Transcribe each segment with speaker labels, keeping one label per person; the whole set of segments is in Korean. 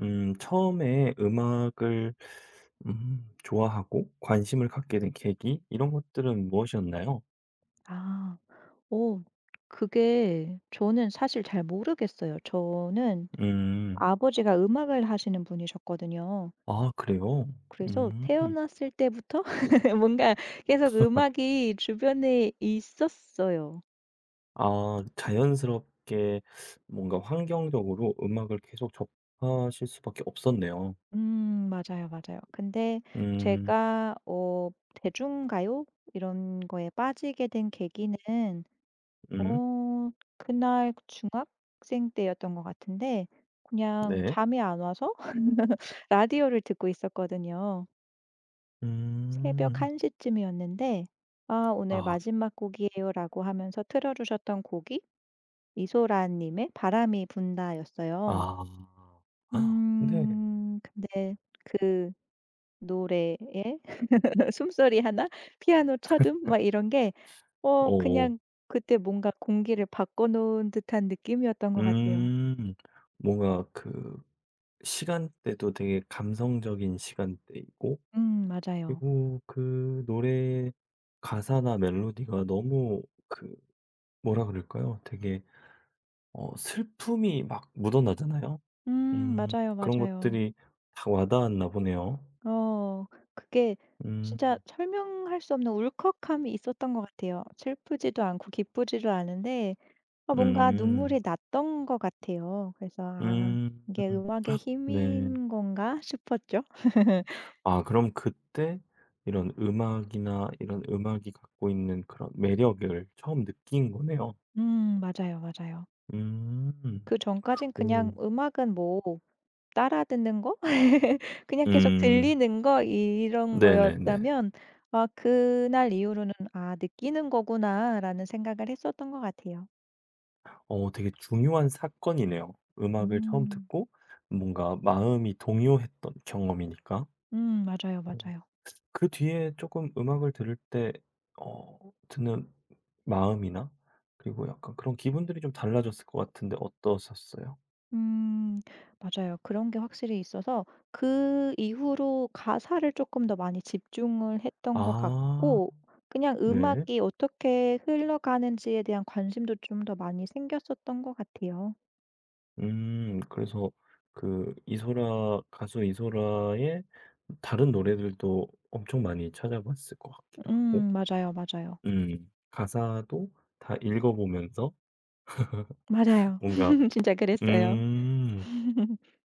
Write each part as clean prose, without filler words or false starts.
Speaker 1: 처음에 음악을 좋아하고 관심을 갖게 된 계기 이런 것들은 무엇이었나요?
Speaker 2: 아. 오, 그게 저는 사실 잘 모르겠어요. 저는
Speaker 1: 음.
Speaker 2: 아버지가 음악을 하시는 분이셨거든요.
Speaker 1: 아 그래요?
Speaker 2: 그래서
Speaker 1: 음.
Speaker 2: 태어났을 때부터 뭔가 계속 음악이 주변에 있었어요.
Speaker 1: 아 자연스럽게 뭔가 환경적으로 음악을 계속 접하실 수밖에 없었네요.
Speaker 2: 맞아요, 맞아요. 근데
Speaker 1: 음.
Speaker 2: 제가 대중가요 이런 거에 빠지게 된 계기는
Speaker 1: 음.
Speaker 2: 어 그날 그 중학생 때였던 것 같은데 그냥
Speaker 1: 네.
Speaker 2: 잠이 안 와서 라디오를 듣고 있었거든요. 새벽
Speaker 1: 음.
Speaker 2: 1시 시쯤이었는데 "아 오늘
Speaker 1: 아.
Speaker 2: 마지막 곡이에요."라고 하면서 틀어 주셨던 곡이 이소라 님의 바람이 분다였어요.
Speaker 1: 아. 아, 네.
Speaker 2: 근데 그 노래에 숨소리 하나, 피아노 첫음 막 이런 게
Speaker 1: 어.
Speaker 2: 그냥 그때 뭔가 공기를 바꿔 놓은 듯한 느낌이었던 것 같아요.
Speaker 1: 음. 뭔가 그 시간대도 되게 감성적인 시간대이고
Speaker 2: 맞아요.
Speaker 1: 그리고 그 노래 가사나 멜로디가 너무 그 뭐라 그럴까요? 되게 슬픔이 막 묻어나잖아요.
Speaker 2: 맞아요,
Speaker 1: 그런
Speaker 2: 맞아요.
Speaker 1: 것들이 다 와닿았나 보네요.
Speaker 2: 어 그게
Speaker 1: 음.
Speaker 2: 진짜 설명할 수 없는 울컥함이 있었던 것 같아요. 슬프지도 않고 기쁘지도 않은데 뭔가
Speaker 1: 음.
Speaker 2: 눈물이 났던 것 같아요. 그래서 '아
Speaker 1: 음.
Speaker 2: 이게 음악의
Speaker 1: 네.
Speaker 2: 힘인 건가?' 싶었죠.
Speaker 1: 아 그럼 그때 이런 음악이나 이런 음악이 갖고 있는 그런 매력을 처음 느낀 거네요.
Speaker 2: 맞아요, 맞아요.
Speaker 1: 음.
Speaker 2: 그전까진 그냥
Speaker 1: 오.
Speaker 2: 음악은 뭐 따라 듣는 거? 그냥 계속
Speaker 1: 음.
Speaker 2: 들리는 거 이런
Speaker 1: 네네네.
Speaker 2: 거였다면 아 그날 이후로는 '아 느끼는 거구나.'라는 생각을 했었던 것 같아요.
Speaker 1: 어 되게 중요한 사건이네요. 음악을 처음
Speaker 2: 음.
Speaker 1: 듣고 뭔가 마음이 동요했던 경험이니까.
Speaker 2: 맞아요,
Speaker 1: 음.
Speaker 2: 맞아요.
Speaker 1: 그 뒤에 조금 음악을 들을 때 어 드는 마음이나 그리고 약간 그런 기분들이 좀 달라졌을 것 같은데 어떠셨어요?
Speaker 2: 음 맞아요. 그런 게 확실히 있어서 그 이후로 가사를 조금 더 많이 집중을 했던 것
Speaker 1: 아
Speaker 2: 같고 그냥
Speaker 1: 네.
Speaker 2: 음악이 어떻게 흘러가는지에 대한 관심도 좀 더 많이 생겼었던 것 같아요.
Speaker 1: 그래서 그 이소라 가수 이소라의 다른 노래들도 엄청 많이 찾아봤을 것 같기도 하고.
Speaker 2: 맞아요, 맞아요.
Speaker 1: 음. 가사도 다 읽어 보면서
Speaker 2: 맞아요.
Speaker 1: 뭔가
Speaker 2: 진짜 그랬어요.
Speaker 1: 음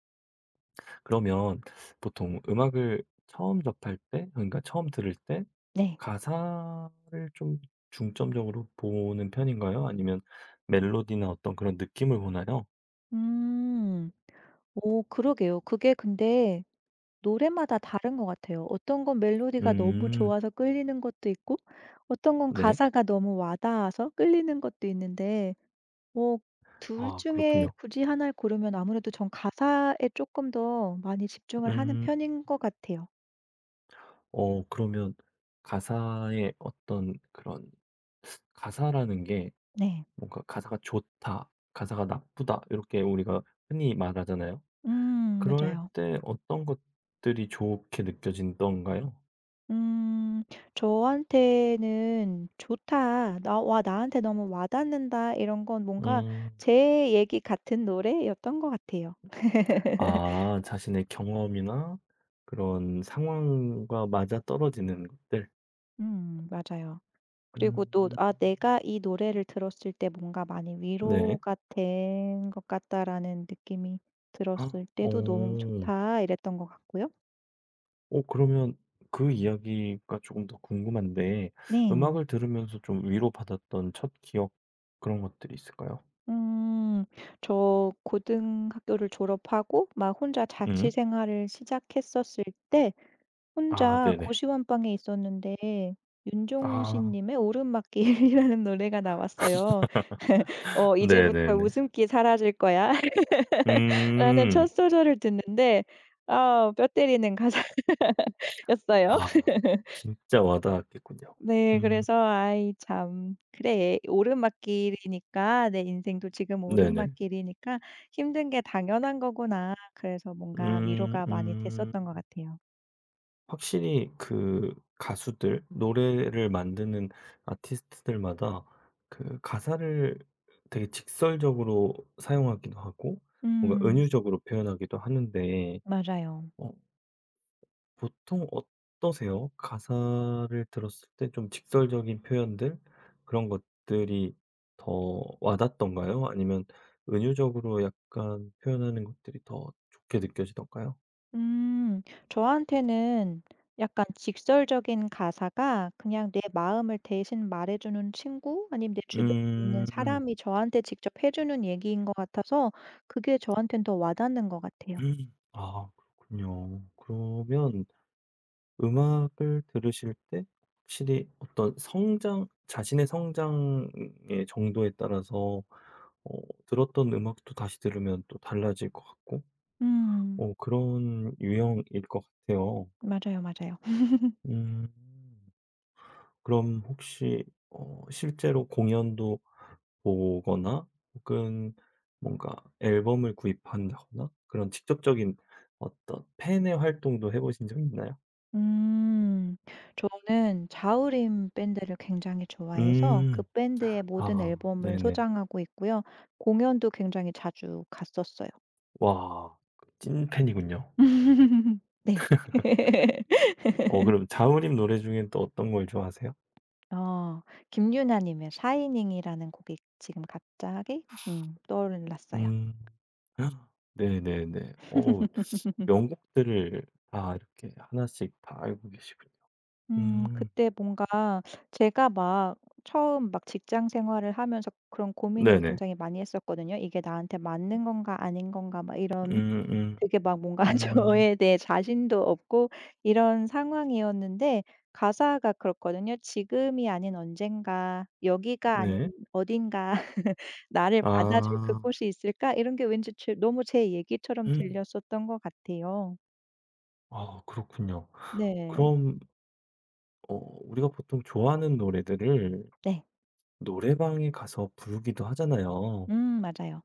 Speaker 1: 그러면 보통 음악을 처음 접할 때 그러니까 처음 들을 때
Speaker 2: 네.
Speaker 1: 가사를 좀 중점적으로 보는 편인가요? 아니면 멜로디나 어떤 그런 느낌을 보나요?
Speaker 2: 음. 오 그러게요. 그게 근데 노래마다 다른 것 같아요. 어떤 건 멜로디가 너무
Speaker 1: 음.
Speaker 2: 좋아서 끌리는 것도 있고 어떤 건
Speaker 1: 네.
Speaker 2: 가사가 너무 와 닿아서 끌리는 것도 있는데 뭐 둘
Speaker 1: 아
Speaker 2: 중에
Speaker 1: 그렇군요.
Speaker 2: 굳이 하나를 고르면 아무래도 전 가사에 조금 더 많이 집중을 하는
Speaker 1: 음.
Speaker 2: 편인 것 같아요.
Speaker 1: 어 그러면 가사의 어떤 그런 가사라는 게
Speaker 2: 네.
Speaker 1: 뭔가 가사가 좋다, 가사가 나쁘다 이렇게 우리가 흔히 말하잖아요. 그럴
Speaker 2: 맞아요.
Speaker 1: 때 어떤 것들이 좋게 느껴진던가요.
Speaker 2: 음. 저한테는 "좋다. 나 와 나한테 너무 와닿는다." 이런 건 뭔가
Speaker 1: 음.
Speaker 2: 제 얘기 같은 노래였던 것 같아요.
Speaker 1: 아 자신의 경험이나 그런 상황과 맞아떨어지는 것들.
Speaker 2: 맞아요. 그리고 또
Speaker 1: 음.
Speaker 2: '아 내가 이 노래를 들었을 때 뭔가 많이
Speaker 1: 네.
Speaker 2: 위로가 된 것 같다.'라는 느낌이
Speaker 1: 아,
Speaker 2: 들었을
Speaker 1: 어.
Speaker 2: 때도 "너무
Speaker 1: 오.
Speaker 2: 좋다." 이랬던 것 같고요.
Speaker 1: 오, 그러면 그 이야기가 조금 더 궁금한데
Speaker 2: 네.
Speaker 1: 음악을 들으면서 좀 위로받았던 첫 기억 그런 것들이 있을까요?
Speaker 2: 음. 저 고등학교를 졸업하고 막 혼자 자취
Speaker 1: 음.
Speaker 2: 생활을 시작했었을 때
Speaker 1: 아
Speaker 2: 혼자
Speaker 1: 네네.
Speaker 2: 고시원방에 있었는데 윤종신
Speaker 1: 아.
Speaker 2: 님의 오르막길이라는 노래가 나왔어요. '이제부터
Speaker 1: 네네네.
Speaker 2: 웃음기 사라질 거야.' 라는 첫
Speaker 1: 음.
Speaker 2: 소절을 듣는데 아 뼈 때리는 가사였어요.
Speaker 1: 아. 진짜 와닿았겠군요.
Speaker 2: 네
Speaker 1: 음.
Speaker 2: 그래서 '아이 참 그래 오르막길이니까 내 인생도 지금
Speaker 1: 네네.
Speaker 2: 오르막길이니까 힘든 게 당연한 거구나.' 그래서 뭔가
Speaker 1: 음
Speaker 2: 위로가 많이
Speaker 1: 음.
Speaker 2: 됐었던 것 같아요.
Speaker 1: 확실히 그 가수들 노래를 만드는 아티스트들마다 그 가사를 되게 직설적으로 사용하기도 하고 뭔가
Speaker 2: 음
Speaker 1: 은유적으로 표현하기도 하는데
Speaker 2: 맞아요.
Speaker 1: 어 보통 어떠세요? 가사를 들었을 때 좀 직설적인 표현들 그런 것들이 더 와닿던가요? 아니면 은유적으로 약간 표현하는 것들이 더 좋게 느껴지던가요?
Speaker 2: 음. 저한테는 약간 직설적인 가사가 그냥 내 마음을 대신 말해 주는 친구 아니면 내 주변에 있는
Speaker 1: 음.
Speaker 2: 사람이 저한테 직접 해 주는 얘기인 것 같아서 그게 저한테는 더 와닿는 것 같아요.
Speaker 1: 음. 아 그렇군요. 그러면 음악을 들으실 때 확실히 어떤 성장 자신의 성장의 정도에 따라서 어 들었던 음악도 다시 들으면 또 달라질 것 같고
Speaker 2: 음.
Speaker 1: 어 그런 유형일 것 같아요.
Speaker 2: 맞아요, 맞아요.
Speaker 1: 음. 그럼 혹시 어 실제로 공연도 보거나 혹은 뭔가 앨범을 구입한다거나 그런 직접적인 어떤 팬의 활동도 해 보신 적 있나요?
Speaker 2: 음. 저는 자우림 밴드를 굉장히 좋아해서 그
Speaker 1: 음.
Speaker 2: 밴드의 모든
Speaker 1: 아
Speaker 2: 앨범을
Speaker 1: 네네.
Speaker 2: 소장하고 있고요. 공연도 굉장히 자주 갔었어요.
Speaker 1: 와 그 찐팬이군요.
Speaker 2: 네.
Speaker 1: 어 그럼 자우림 노래 중엔 또 어떤 걸 좋아하세요?
Speaker 2: 어. 김유나 님의 샤이닝이라는 곡이 지금 갑자기 떠올랐어요.
Speaker 1: 음. 네네네. 어 명곡들을 다 이렇게 하나씩 다 알고 계시군요. 음.
Speaker 2: 그때 뭔가 제가 처음 막 직장 생활을 하면서 그런 고민을
Speaker 1: 네네.
Speaker 2: 굉장히 많이 했었거든요. '이게 나한테 맞는 건가 아닌 건가.' 막 이런
Speaker 1: 음음. 음.
Speaker 2: 되게 막 뭔가
Speaker 1: 음.
Speaker 2: 저에 대해 자신도 없고 이런 상황이었는데 가사가 그렇거든요. "지금이 아닌 언젠가 여기가 아닌
Speaker 1: 네.
Speaker 2: 어딘가 나를 받아줄
Speaker 1: 아.
Speaker 2: 그곳이 있을까?" 이런 게 왠지 제 너무 제 얘기처럼
Speaker 1: 음.
Speaker 2: 들렸었던 것 같아요.
Speaker 1: 아 그렇군요.
Speaker 2: 네.
Speaker 1: 그럼 어 우리가 보통 좋아하는 노래들을
Speaker 2: 네.
Speaker 1: 노래방에 가서 부르기도 하잖아요.
Speaker 2: 맞아요.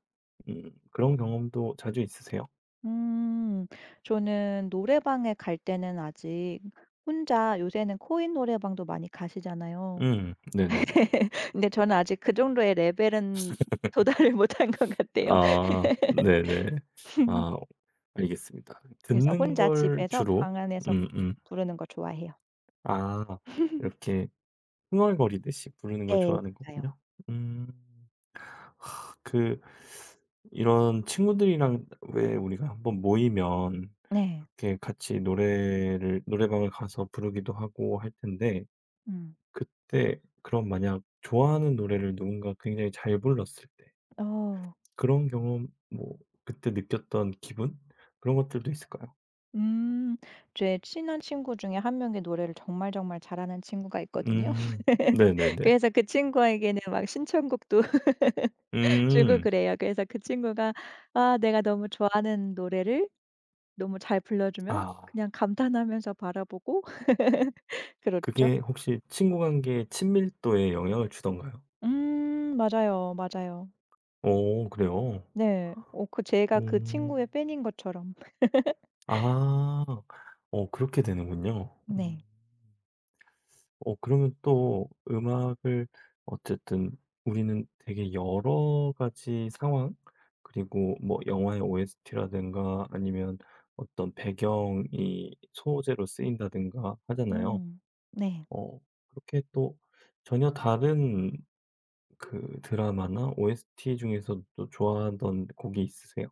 Speaker 1: 그런 경험도 자주 있으세요?
Speaker 2: 음 저는 노래방에 갈 때는 아직 혼자 요새는 코인 노래방도 많이 가시잖아요.
Speaker 1: 음. 네네네.
Speaker 2: 근데 저는 아직 그 정도의 레벨은 도달을 못한 것 같아요.
Speaker 1: 아 네네. 아 알겠습니다.
Speaker 2: 그래서
Speaker 1: 듣는
Speaker 2: 혼자
Speaker 1: 걸
Speaker 2: 집에서
Speaker 1: 주로
Speaker 2: 방 안에서
Speaker 1: 음음.
Speaker 2: 부르는 거 좋아해요.
Speaker 1: 아 이렇게 흥얼거리듯이 부르는 걸
Speaker 2: 네.
Speaker 1: 좋아하는
Speaker 2: 맞아요.
Speaker 1: 거군요. 음. 하, 그 이런 친구들이랑 왜 우리가 한번 모이면
Speaker 2: 네.
Speaker 1: 이렇게 같이 노래를 노래방을 가서 부르기도 하고 할 텐데
Speaker 2: 음.
Speaker 1: 그때 그럼 만약 좋아하는 노래를 누군가 굉장히 잘 불렀을 때
Speaker 2: 어.
Speaker 1: 그런 경험 뭐 그때 느꼈던 기분 그런 것들도 있을까요?
Speaker 2: 음. 제 친한 친구 중에 한 명이 노래를 정말 정말 잘하는 친구가 있거든요.
Speaker 1: 음. 네네네.
Speaker 2: 그래서 그 친구에게는 막 신청곡도 주고
Speaker 1: 음.
Speaker 2: 그래요. 그래서 그 친구가 아 내가 너무 좋아하는 노래를 너무 잘 불러주면
Speaker 1: 아
Speaker 2: 그냥 감탄하면서 바라보고 그렇죠.
Speaker 1: 그게 혹시 친구 관계의 친밀도에 영향을 주던가요?
Speaker 2: 맞아요, 맞아요.
Speaker 1: 오.. 그래요?
Speaker 2: 네. 어 그 제가 그 친구의
Speaker 1: 음.
Speaker 2: 팬인 것처럼.
Speaker 1: 아. 어 그렇게 되는군요. 음.
Speaker 2: 네.
Speaker 1: 어 그러면 또 음악을 어쨌든 우리는 되게 여러 가지 상황 그리고 뭐 영화의 OST라든가 아니면 어떤 배경이 소재로 쓰인다든가 하잖아요.
Speaker 2: 음. 네.
Speaker 1: 어 그렇게 또 전혀 다른 그 드라마나 OST 중에서도 또 좋아하던 곡이 있으세요?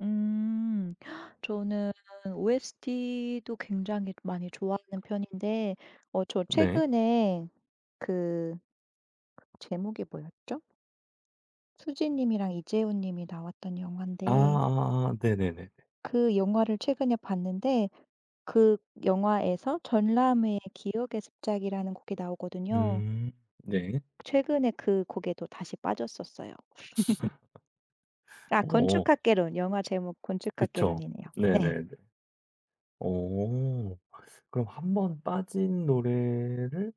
Speaker 2: 음. 저는 OST도 굉장히 많이 좋아하는 편인데 저
Speaker 1: 네.
Speaker 2: 최근에 그 제목이 뭐였죠? 수지 님이랑 이재훈 님이 나왔던 영화인데
Speaker 1: 아아아 네네네네.
Speaker 2: 그 영화를 최근에 봤는데 그 영화에서 전람회의 기억의 습작이라는 곡이 나오거든요.
Speaker 1: 음. 네.
Speaker 2: 최근에 그 곡에도 다시 빠졌었어요. 아
Speaker 1: 어
Speaker 2: 건축학개론. 영화 제목
Speaker 1: 그쵸.
Speaker 2: 건축학개론이네요. 네.
Speaker 1: 네네네. 어. 그럼 한 번 빠진 노래를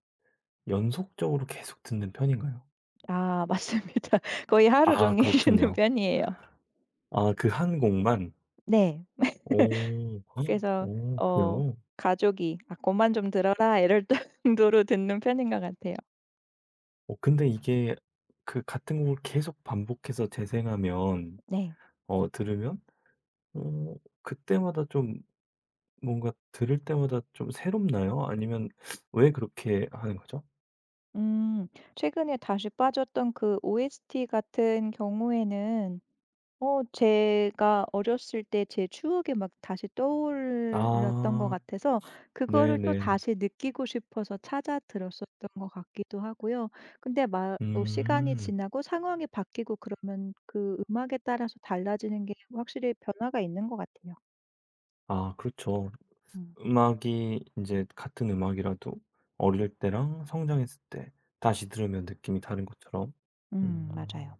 Speaker 1: 연속적으로 계속 듣는 편인가요?
Speaker 2: 아 맞습니다. 거의 하루
Speaker 1: 아
Speaker 2: 종일 듣는
Speaker 1: 그렇군요.
Speaker 2: 편이에요.
Speaker 1: 아 그 한 곡만?
Speaker 2: 네.
Speaker 1: 오. 헉,
Speaker 2: 그래서
Speaker 1: 오
Speaker 2: 어
Speaker 1: 그래요?
Speaker 2: 가족이 "아 고만 좀 들어라." 이럴 정도로 듣는 편인 것 같아요.
Speaker 1: 어 근데 이게 그 같은 곡을 계속 반복해서 재생하면
Speaker 2: 네.
Speaker 1: 들으면 어 그때마다 좀 뭔가 들을 때마다 좀 새롭나요? 아니면 왜 그렇게 하는 거죠?
Speaker 2: 음 최근에 다시 빠졌던 그 OST 같은 경우에는 제가 어렸을 때 제 추억이 막 다시 떠올랐던 것
Speaker 1: 아
Speaker 2: 같아서 그거를 또
Speaker 1: 네네.
Speaker 2: 다시 느끼고 싶어서 찾아 들었었던 것 같기도 하고요. 근데 막 또 시간이
Speaker 1: 음.
Speaker 2: 지나고 상황이 바뀌고 그러면 그 음악에 따라서 달라지는 게 확실히 변화가 있는 것 같아요.
Speaker 1: 아 그렇죠.
Speaker 2: 음.
Speaker 1: 음악이 이제 같은 음악이라도 어릴 때랑 성장했을 때 다시 들으면 느낌이 다른 것처럼 음
Speaker 2: 맞아요.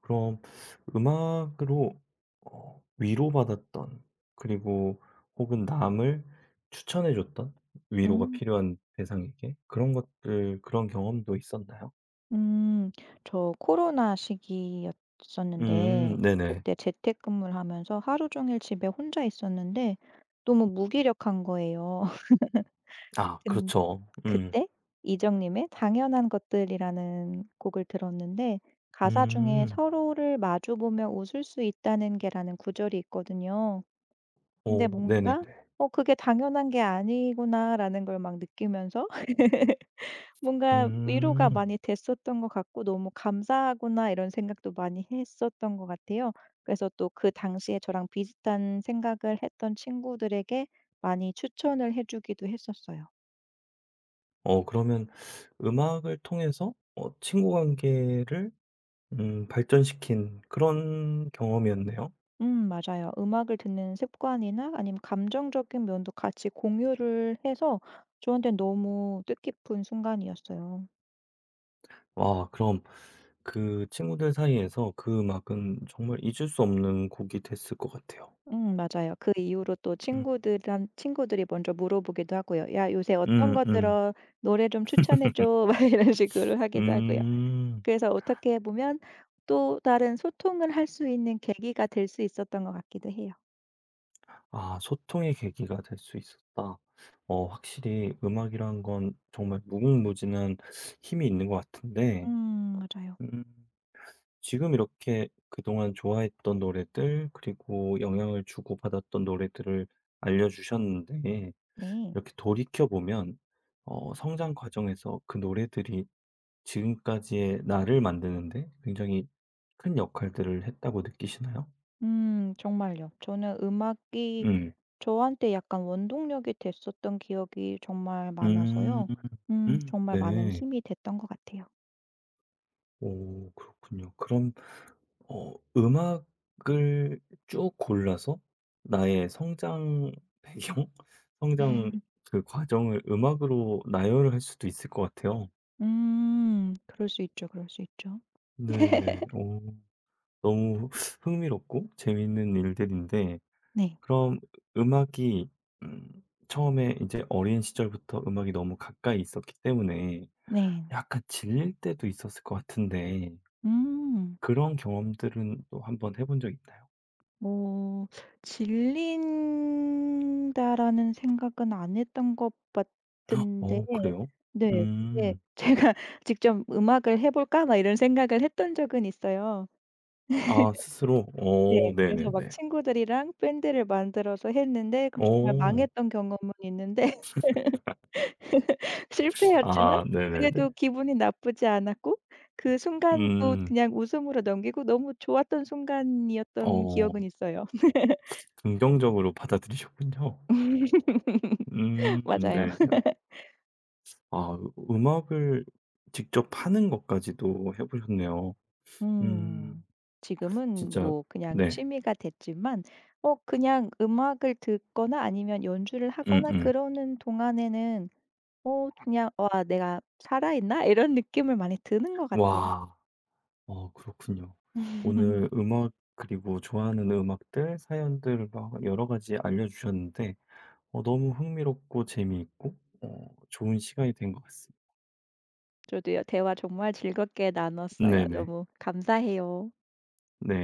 Speaker 1: 그럼 음악으로 위로받았던 그리고 혹은 남을 추천해 줬던 위로가
Speaker 2: 음.
Speaker 1: 필요한 대상에게 그런 것들 그런 경험도 있었나요?
Speaker 2: 음. 저 코로나 시기였었는데
Speaker 1: 네네.
Speaker 2: 그때 재택근무를 하면서 하루 종일 집에 혼자 있었는데 너무 무기력한 거예요.
Speaker 1: 아
Speaker 2: 근
Speaker 1: 그렇죠. 음.
Speaker 2: 그때 이정님의 당연한 것들이라는 곡을 들었는데 가사 중에
Speaker 1: 음.
Speaker 2: "서로를 마주보며 웃을 수 있다는 게"라는 구절이 있거든요. 근데
Speaker 1: 오.. 네네네.
Speaker 2: 뭔가 '어 그게 당연한 게 아니구나.'라는 걸 막 느끼면서 뭔가 위로가 많이
Speaker 1: 음.
Speaker 2: 됐었던 것 같고 '너무 감사하구나.' 이런 생각도 많이 했었던 것 같아요. 그래서 또 그 당시에 저랑 비슷한 생각을 했던 친구들에게 많이 추천을 해 주기도 했었어요.
Speaker 1: 어 그러면 음악을 통해서 어 친구 관계를 발전시킨 그런 경험이었네요.
Speaker 2: 맞아요. 음악을 듣는 습관이나 아니면 감정적인 면도 같이 공유를 해서 저한테 너무 뜻깊은 순간이었어요.
Speaker 1: 와 그럼 그 친구들 사이에서 그 음악은 정말 잊을 수 없는 곡이 됐을 것 같아요.
Speaker 2: 맞아요. 그 이후로 또
Speaker 1: 음.
Speaker 2: 친구들한 친구들이 먼저 물어보기도 하고요. "야 요새 어떤
Speaker 1: 음음.
Speaker 2: 거
Speaker 1: 음.
Speaker 2: 들어? 노래 좀 추천해 줘." 막 이런 식으로 하기도 하고요.
Speaker 1: 음.
Speaker 2: 그래서 어떻게 보면 또 다른 소통을 할 수 있는 계기가 될 수 있었던 것 같기도 해요.
Speaker 1: 아 소통의 계기가 될 수 있었다. 어 확실히 음악이란 건 정말 무궁무진한 힘이 있는 것 같은데
Speaker 2: 맞아요.
Speaker 1: 음. 지금 이렇게 그동안 좋아했던 노래들 그리고 영향을 주고받았던 노래들을 알려주셨는데
Speaker 2: 네.
Speaker 1: 이렇게 돌이켜 보면 어, 성장 과정에서 그 노래들이 지금까지의 나를 만드는데 굉장히 큰 역할들을 했다고 느끼시나요?
Speaker 2: 정말요. 저는 음악이
Speaker 1: 음,
Speaker 2: 저한테 약간 원동력이 됐었던 기억이 정말
Speaker 1: 음,
Speaker 2: 많아서요. 정말 많은
Speaker 1: 네,
Speaker 2: 힘이 됐던 것 같아요.
Speaker 1: 오, 그렇군요. 그럼 어 음악을 쭉 골라서 나의 성장 배경, 성장 그 과정을 음악으로 나열을 할 수도 있을 것 같아요.
Speaker 2: 그럴 수 있죠, 그럴 수 있죠.
Speaker 1: 네네. 오 너무 흥미롭고 재미있는 일들인데
Speaker 2: 네.
Speaker 1: 그럼 음악이 음 처음에 이제 어린 시절부터 음악이 너무 가까이 있었기 때문에
Speaker 2: 네.
Speaker 1: 약간 질릴 때도 있었을 것 같은데
Speaker 2: 음.
Speaker 1: 그런 경험들은 또 한번 해본 적 있나요?
Speaker 2: 뭐 '질린다.'라는 생각은 안 했던 것 같은데
Speaker 1: 어 그래요?
Speaker 2: 네 근데
Speaker 1: 음.
Speaker 2: 제가 '직접 음악을 해 볼까?' 막 이런 생각을 했던 적은 있어요.
Speaker 1: 아 스스로? 어
Speaker 2: 네. 그래서 막
Speaker 1: 네네네.
Speaker 2: 친구들이랑 밴드를 만들어서 했는데 그 정말
Speaker 1: 어.
Speaker 2: 망했던 경험은 있는데 실패였지만
Speaker 1: 아 네네네.
Speaker 2: 그래도 기분이 나쁘지 않았고 그 순간도
Speaker 1: 음.
Speaker 2: 그냥 웃음으로 넘기고 너무 좋았던 순간이었던
Speaker 1: 어
Speaker 2: 기억은 있어요.
Speaker 1: 긍정적으로 받아들이셨군요.
Speaker 2: 맞아요.
Speaker 1: 네. 아 음악을 직접 파는 것까지도 해 보셨네요.
Speaker 2: 음.
Speaker 1: 음
Speaker 2: 지금은
Speaker 1: 진짜
Speaker 2: 뭐 그냥
Speaker 1: 네.
Speaker 2: 취미가 됐지만 그냥 음악을 듣거나 아니면 연주를 하거나
Speaker 1: 음음.
Speaker 2: 그러는 동안에는 그냥 '와 내가 살아있나?' 이런 느낌을 많이 드는 것 같아요.
Speaker 1: 와. 어 그렇군요.
Speaker 2: 음
Speaker 1: 오늘 음악 그리고 좋아하는 음악들, 사연들 막 여러 가지 알려주셨는데 어 너무 흥미롭고 재미있고 어 좋은 시간이 된 것 같습니다.
Speaker 2: 저도요. 대화 정말 즐겁게 나눴어요.
Speaker 1: 네네.
Speaker 2: 너무 감사해요.
Speaker 1: 네.